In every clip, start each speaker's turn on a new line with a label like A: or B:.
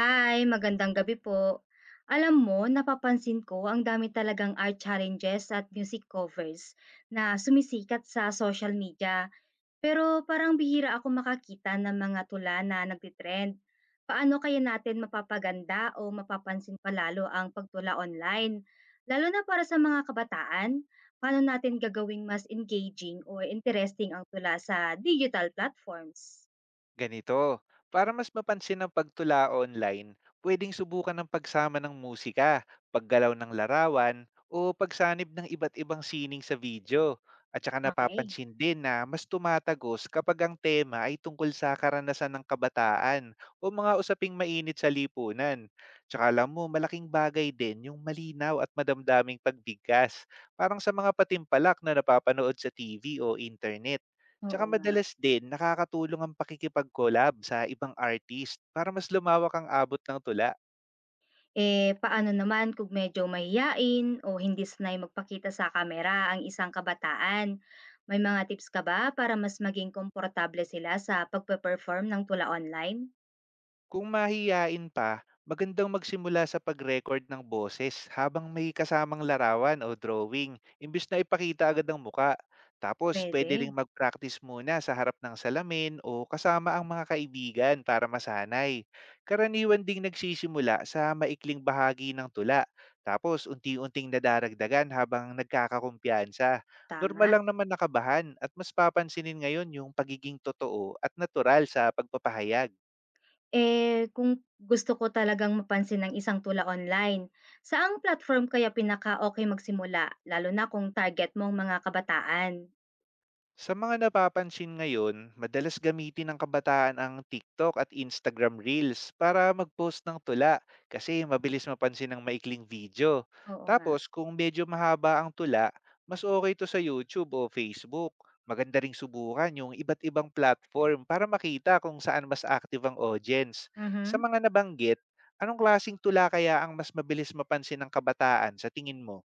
A: Hi, magandang gabi po. Alam mo, napapansin ko ang dami talagang art challenges at music covers na sumisikat sa social media. Pero parang bihira ako makakita ng mga tula na nagtitrend. Paano kaya natin mapapaganda o mapapansin palalo ang pagtula online? Lalo na para sa mga kabataan, paano natin gagawing mas engaging o interesting ang tula sa digital platforms?
B: Ganito, para mas mapansin ang pagtula online, pwedeng subukan ng pagsama ng musika, paggalaw ng larawan, o pagsanib ng iba't ibang sining sa video. At saka
A: Okay,
B: napapansin din na mas tumatagos kapag ang tema ay tungkol sa karanasan ng kabataan o mga usaping mainit sa lipunan. Tsaka alam mo, malaking bagay din yung malinaw at madamdaming pagbigkas, parang sa mga patimpalak na napapanood sa TV o internet. Tsaka
A: oo nga.
B: madalas din nakakatulong ang pakikipag-collab sa ibang artist para mas lumawak ang abot ng tula.
A: Eh, paano naman kung medyo mahiyain o hindi sanay magpakita sa kamera ang isang kabataan? May mga tips ka ba para mas maging komportable sila sa pagpe-perform ng tula online?
B: Kung mahiyain pa, magandang magsimula sa pag-record ng boses habang may kasamang larawan o drawing, imbis na ipakita agad ang muka. Tapos,
A: Pwede,
B: pwede ring mag-practice muna sa harap ng salamin o kasama ang mga kaibigan para masanay. Karaniwan ding nagsisimula sa maikling bahagi ng tula, tapos unti-unting nadaragdagan habang nagkakakumpiyansa. Normal
A: tama.
B: lang naman nakabahan, at mas papansinin ngayon yung pagiging totoo at natural sa pagpapahayag.
A: Eh, kung gusto ko talagang mapansin ng isang tula online, saang platform kaya pinaka-okay magsimula, lalo na kung target mong mga kabataan?
B: Sa mga napapansin ngayon, madalas gamitin ng kabataan ang TikTok at Instagram Reels para mag-post ng tula, kasi mabilis mapansin ng maikling video.
A: Oo nga.
B: Tapos kung medyo mahaba ang tula, mas okay to sa YouTube o Facebook. Maganda ring subukan yung iba't ibang platform para makita kung saan mas active ang audience. Sa
A: Mhm.
B: mga nabanggit, anong klasing tula kaya ang mas mabilis mapansin ng kabataan sa tingin mo?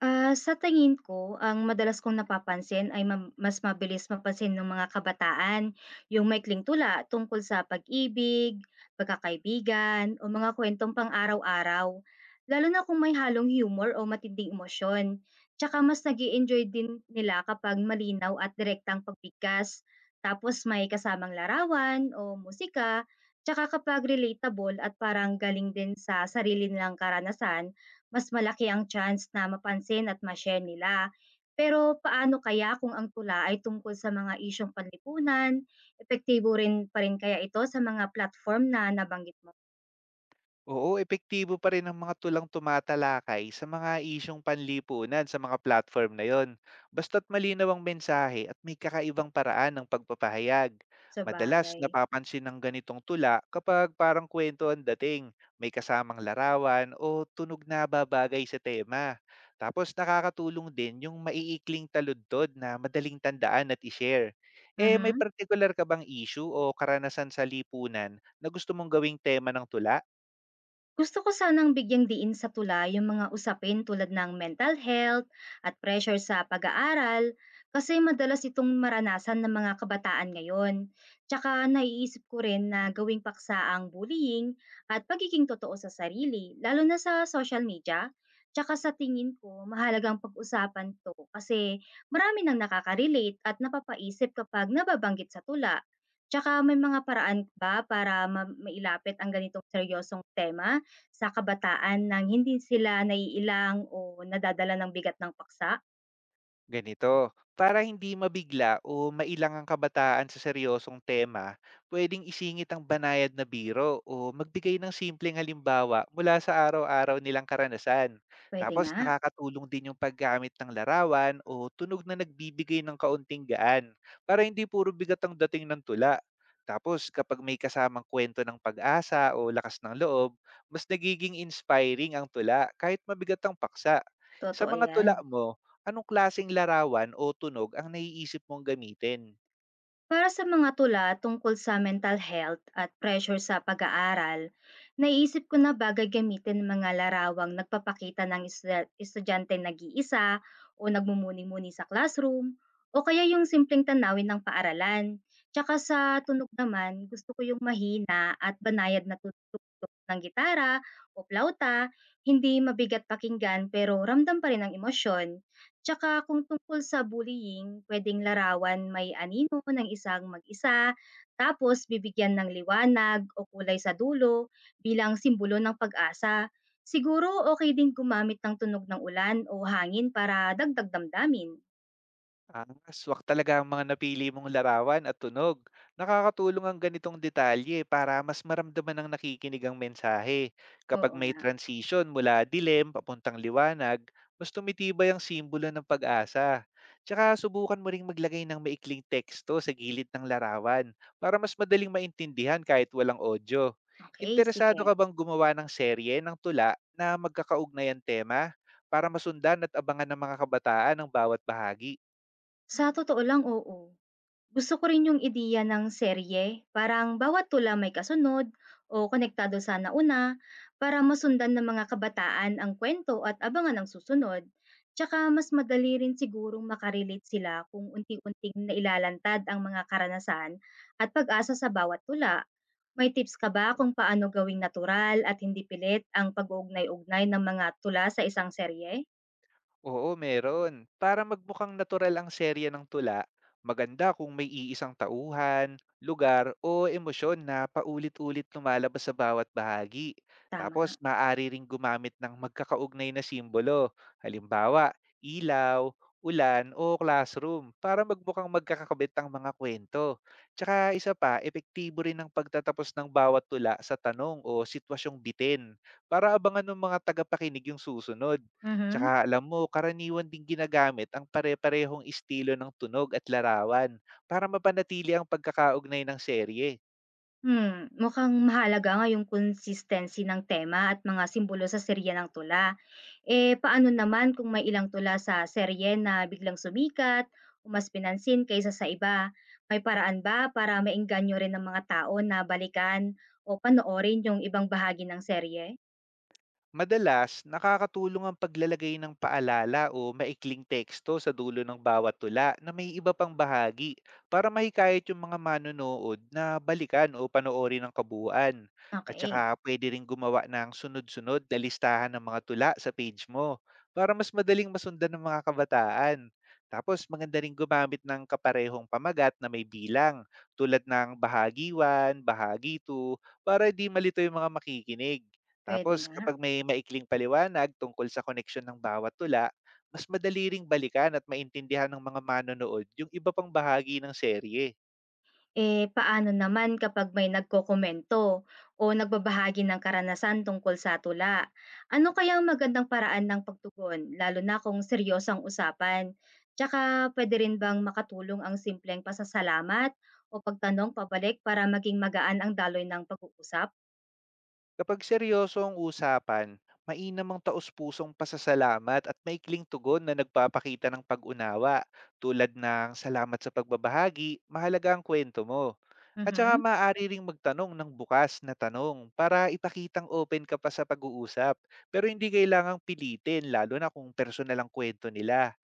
A: Ah, sa tingin ko, ang madalas kong napapansin ay mas mabilis mapansin ng mga kabataan yung maikling tula tungkol sa pag-ibig, pagkakaibigan, o mga kwentong pang-araw-araw, lalo na kung may halong humor o matinding emosyon. Tsaka mas nag enjoy din nila kapag malinaw at direktang pagbigkas, tapos may kasamang larawan o musika, tsaka kapag relatable at parang galing din sa sarili nilang karanasan, mas malaki ang chance na mapansin at ma-share nila. Pero paano kaya kung ang tula ay tungkol sa mga isyong panlipunan? Epektibo rin pa rin kaya ito sa mga platform na nabanggit mo?
B: Oo, epektibo pa rin ang mga tulang tumatalakay sa mga isyung panlipunan sa mga platform na yon. Basta't malinaw ang mensahe at may kakaibang paraan ng pagpapahayag. Madalas
A: Sabagay,
B: napapansin ng ganitong tula kapag parang kwento ang dating, may kasamang larawan o tunog na babagay sa tema. Tapos nakakatulong din yung maiikling taludtod na madaling tandaan at i-share. Eh, may
A: mhm.
B: particular ka bang issue o karanasan sa lipunan na gusto mong gawing tema ng tula?
A: Gusto ko sanang bigyang diin sa tula yung mga usapin tulad ng mental health at pressure sa pag-aaral kasi madalas itong maranasan ng mga kabataan ngayon. Tsaka naiisip ko rin na gawing paksa ang bullying at pagiging totoo sa sarili, lalo na sa social media. Tsaka sa tingin ko, mahalagang pag-usapan to kasi marami nang nakaka-relate at napapaisip kapag nababanggit sa tula. Tsaka may mga paraan ba para mailapit ang ganitong seryosong tema? Sa kabataan nang hindi sila naiilang o nadadala ng bigat ng paksa,
B: Ganito, para hindi mabigla o mailang ang kabataan sa seryosong tema, pwedeng isingit ang banayad na biro o magbigay ng simpleng halimbawa mula sa araw-araw nilang karanasan.
A: puwede
B: Tapos
A: nga,
B: nakakatulong din yung paggamit ng larawan o tunog na nagbibigay ng kaunting gaan, para hindi puro bigat ang dating ng tula. Tapos kapag may kasamang kwento ng pag-asa o lakas ng loob, mas nagiging inspiring ang tula kahit mabigat ang paksa. Sa
A: totoo
B: mga tula
A: yan.
B: mo, anong klaseng larawan o tunog ang naiisip mong gamitin?
A: Para sa mga tula tungkol sa mental health at pressure sa pag-aaral, naisip ko na bagay gamitin ang mga larawang nagpapakita ng estudyante nag-iisa o nagmumuni-muni sa classroom o kaya yung simpleng tanawin ng paaralan. Tsaka sa tunog naman, gusto ko yung mahina at banayad na tutugtog ng gitara o plauta, hindi mabigat pakinggan pero ramdam pa rin ang emosyon. Tsaka kung tungkol sa bullying, puwedeng larawan may anino ng isang mag-isa, tapos bibigyan ng liwanag o kulay sa dulo bilang simbolo ng pag-asa. Siguro okay din gumamit ng tunog ng ulan o hangin para dagdag damdamin.
B: Ang aswak talaga ang mga napili mong larawan at tunog. Nakakatulong ang ganitong detalye para mas maramdaman ng nakikinig ang mensahe. Kapag
A: Oo nga.
B: may transition mula dilim papuntang liwanag, mas tumitibay ang simbolo ng pag-asa. Tsaka subukan mo ring maglagay ng maikling teksto sa gilid ng larawan para mas madaling maintindihan kahit walang audio.
A: Okey,
B: Interesado
A: sige.
B: ka bang gumawa ng serye ng tula na magkakaugnay ang tema, para masundan at abangan ng mga kabataan ang bawat bahagi?
A: Sa totoo lang, oo. Gusto ko rin yung ideya ng serye, parang bawat tula may kasunod o konektado sa nauna para masundan ng mga kabataan ang kwento at abangan ang susunod. Tsaka mas madali rin sigurong makarelate sila kung unti-unting nailalantad ang mga karanasan at pag-asa sa bawat tula. May tips ka ba kung paano gawing natural at hindi pilit ang pag-uugnay-ugnay ng mga tula sa isang serye?
B: Oo, meron. Para magmukhang natural ang serya ng tula, maganda kung may iisang tauhan, lugar o emosyon na paulit-ulit lumalabas sa bawat bahagi. Tapos,
A: Tama.
B: maaari ring gumamit ng magkakaugnay na simbolo. Halimbawa, ilaw, ulan o classroom, para magmukhang magkakakabit ang mga kwento. Tsaka isa pa, epektibo rin ang pagtatapos ng bawat tula sa tanong o sitwasyong bitin, para abangan ng mga tagapakinig yung susunod. Tsaka
A: Mhm.
B: alam mo, karaniwan ding ginagamit ang pare-parehong estilo ng tunog at larawan para mapanatili ang pagkakaugnay ng serye.
A: Hmm, mukhang mahalaga nga yung consistency ng tema at mga simbolo sa serye ng tula. Eh, paano naman kung may ilang tula sa serye na biglang sumikat o mas pinansin kaysa sa iba? May paraan ba para maengganyo rin ng mga tao na balikan o panoorin yung ibang bahagi ng serye?
B: Madalas, nakakatulong ang paglalagay ng paalala o maikling teksto sa dulo ng bawat tula na may iba pang bahagi, para mahikayat yung mga manonood na balikan o panoorin ng kabuuan. At saka
A: Okay,
B: pwede rin gumawa ng sunod-sunod na listahan ng mga tula sa page mo para mas madaling masundan ng mga kabataan. Tapos maganda rin gumamit ng kaparehong pamagat na may bilang, tulad ng bahagi 1, bahagi 2, para di malito yung mga makikinig.
A: pwede
B: Tapos
A: nga.
B: kapag may maikling paliwanag tungkol sa koneksyon ng bawat tula, mas madali ring balikan at maintindihan ng mga manonood yung iba pang bahagi ng serye.
A: Eh, paano naman kapag may nagkokomento o nagbabahagi ng karanasan tungkol sa tula? Ano kaya ang magandang paraan ng pagtugon, lalo na kung seryosang usapan? Tsaka pwede rin bang makatulong ang simpleng pasasalamat o pagtanong pabalik para maging magaan ang daloy ng pag-uusap?
B: Kapag seryoso ang usapan, mainam ang taus-pusong pasasalamat at maikling tugon na nagpapakita ng pag-unawa, tulad ng salamat sa pagbabahagi, mahalaga ang kwento mo. At saka
A: Mhm,
B: maaari ring magtanong ng bukas na tanong para ipakitang open ka pa sa pag-uusap. Pero hindi kailangang pilitin, lalo na kung personal ang kwento nila.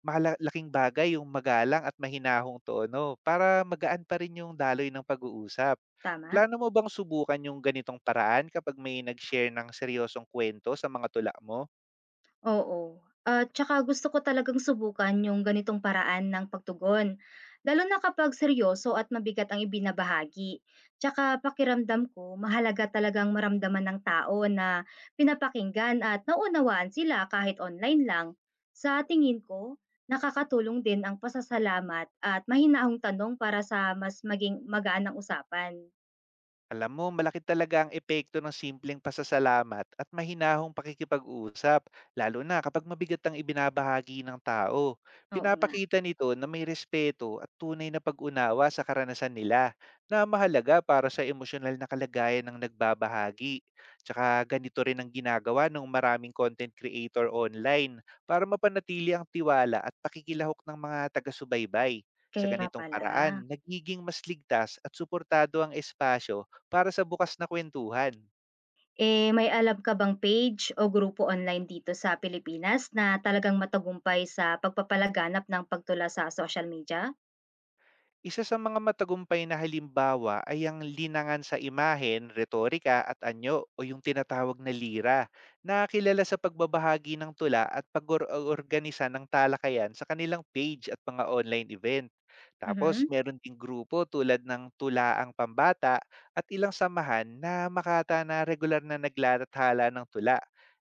B: Mahalaga bagay yung magalang at mahinahong tono para magaan pa rin yung daloy ng pag-uusap.
A: tama.
B: Plano mo bang subukan yung ganitong paraan kapag may nag-share ng seryosong kwento sa mga tula mo?
A: Oo, at tsaka gusto ko talagang subukan yung ganitong paraan ng pagtugon, lalo na kapag seryoso at mabigat ang ibinabahagi. Tsaka pakiramdam ko, mahalaga talagang maramdaman ng tao na pinapakinggan at naunawaan sila kahit online lang. Sa tingin ko, nakakatulong din ang pasasalamat at mahinahong tanong para sa mas maging magaan ang usapan.
B: Alam mo, malaki talaga ang epekto ng simpleng pasasalamat at mahinahong pakikipag-usap, lalo na kapag mabigat ang ibinabahagi ng tao.
A: Oo nga,
B: Pinapakita nito na may respeto at tunay na pag-unawa sa karanasan nila, na mahalaga para sa emosyonal na kalagayan ng nagbabahagi. Tsaka ganito rin ang ginagawa ng maraming content creator online para mapanatili ang tiwala at pakikilahok ng mga taga-subaybay. Sa
A: kaya
B: ganitong
A: pala.
B: paraan, nagiging mas ligtas at suportado ang espasyo para sa bukas na kwentuhan.
A: Eh, may alam ka bang page o grupo online dito sa Pilipinas na talagang matagumpay sa pagpapalaganap ng pagtula sa social media?
B: Isa sa mga matagumpay na halimbawa ay ang Linangan sa Imahen, Retorika at Anyo, o yung tinatawag na LIRA, na kilala sa pagbabahagi ng tula at pag-organisa ng talakayan sa kanilang page at mga online event. Tapos
A: Mhm,
B: meron ding grupo tulad ng Tulaang Pambata at ilang samahan na makata na regular na naglalathala ng tula,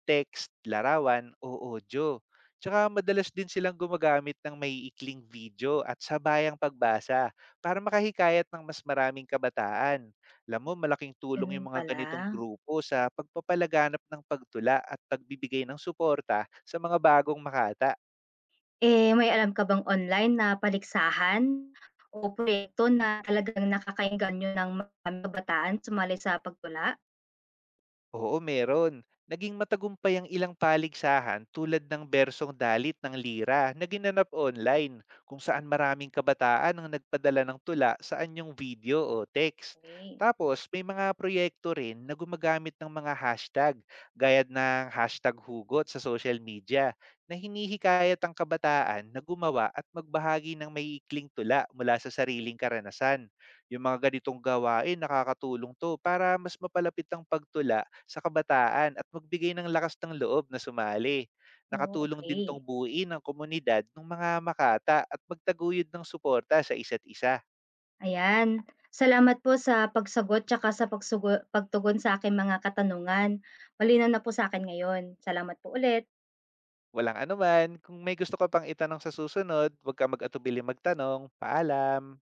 B: text, larawan o audio. Tsaka madalas din silang gumagamit ng maiikling video at sabayang pagbasa para makahikayat ng mas maraming kabataan. Alam mo, malaking tulong
A: ganun
B: yung mga
A: pala.
B: ganitong grupo sa pagpapalaganap ng pagtula at pagbibigay ng suporta sa mga bagong makata.
A: Eh, may alam ka bang online na paligsahan o proyekto na talagang nakakaengganyo ng maraming kabataan sumali sa pagtula?
B: Oo, meron. Naging matagumpay ang ilang paligsahan tulad ng Bersong Dalit ng Lira na ginanap online, kung saan maraming kabataan ang nagpadala ng tula sa anyong video o text.
A: Okey.
B: Tapos may mga proyekto rin na gumagamit ng mga hashtag, gaya ng hashtag hugot sa social media, na hinihikayat ang kabataan na gumawa at magbahagi ng may ikling tula mula sa sariling karanasan. Yung mga ganitong gawain nakakatulong to para mas mapalapit ang pagtula sa kabataan at magbigay ng lakas ng loob na sumali.
A: Oh,
B: Nakatulong din 'tong
A: okey.
B: buuin ang komunidad ng mga makata at magtaguyod ng suporta sa isa't isa.
A: Ayan, salamat po sa pagsagot tsaka sa pagtugon sa aking mga katanungan. Malinaw na po sa'kin ngayon. Salamat po ulit.
B: Walang anuman, kung may gusto ka pang itanong sa susunod, huwag kang mag-atubili magtanong. Paalam!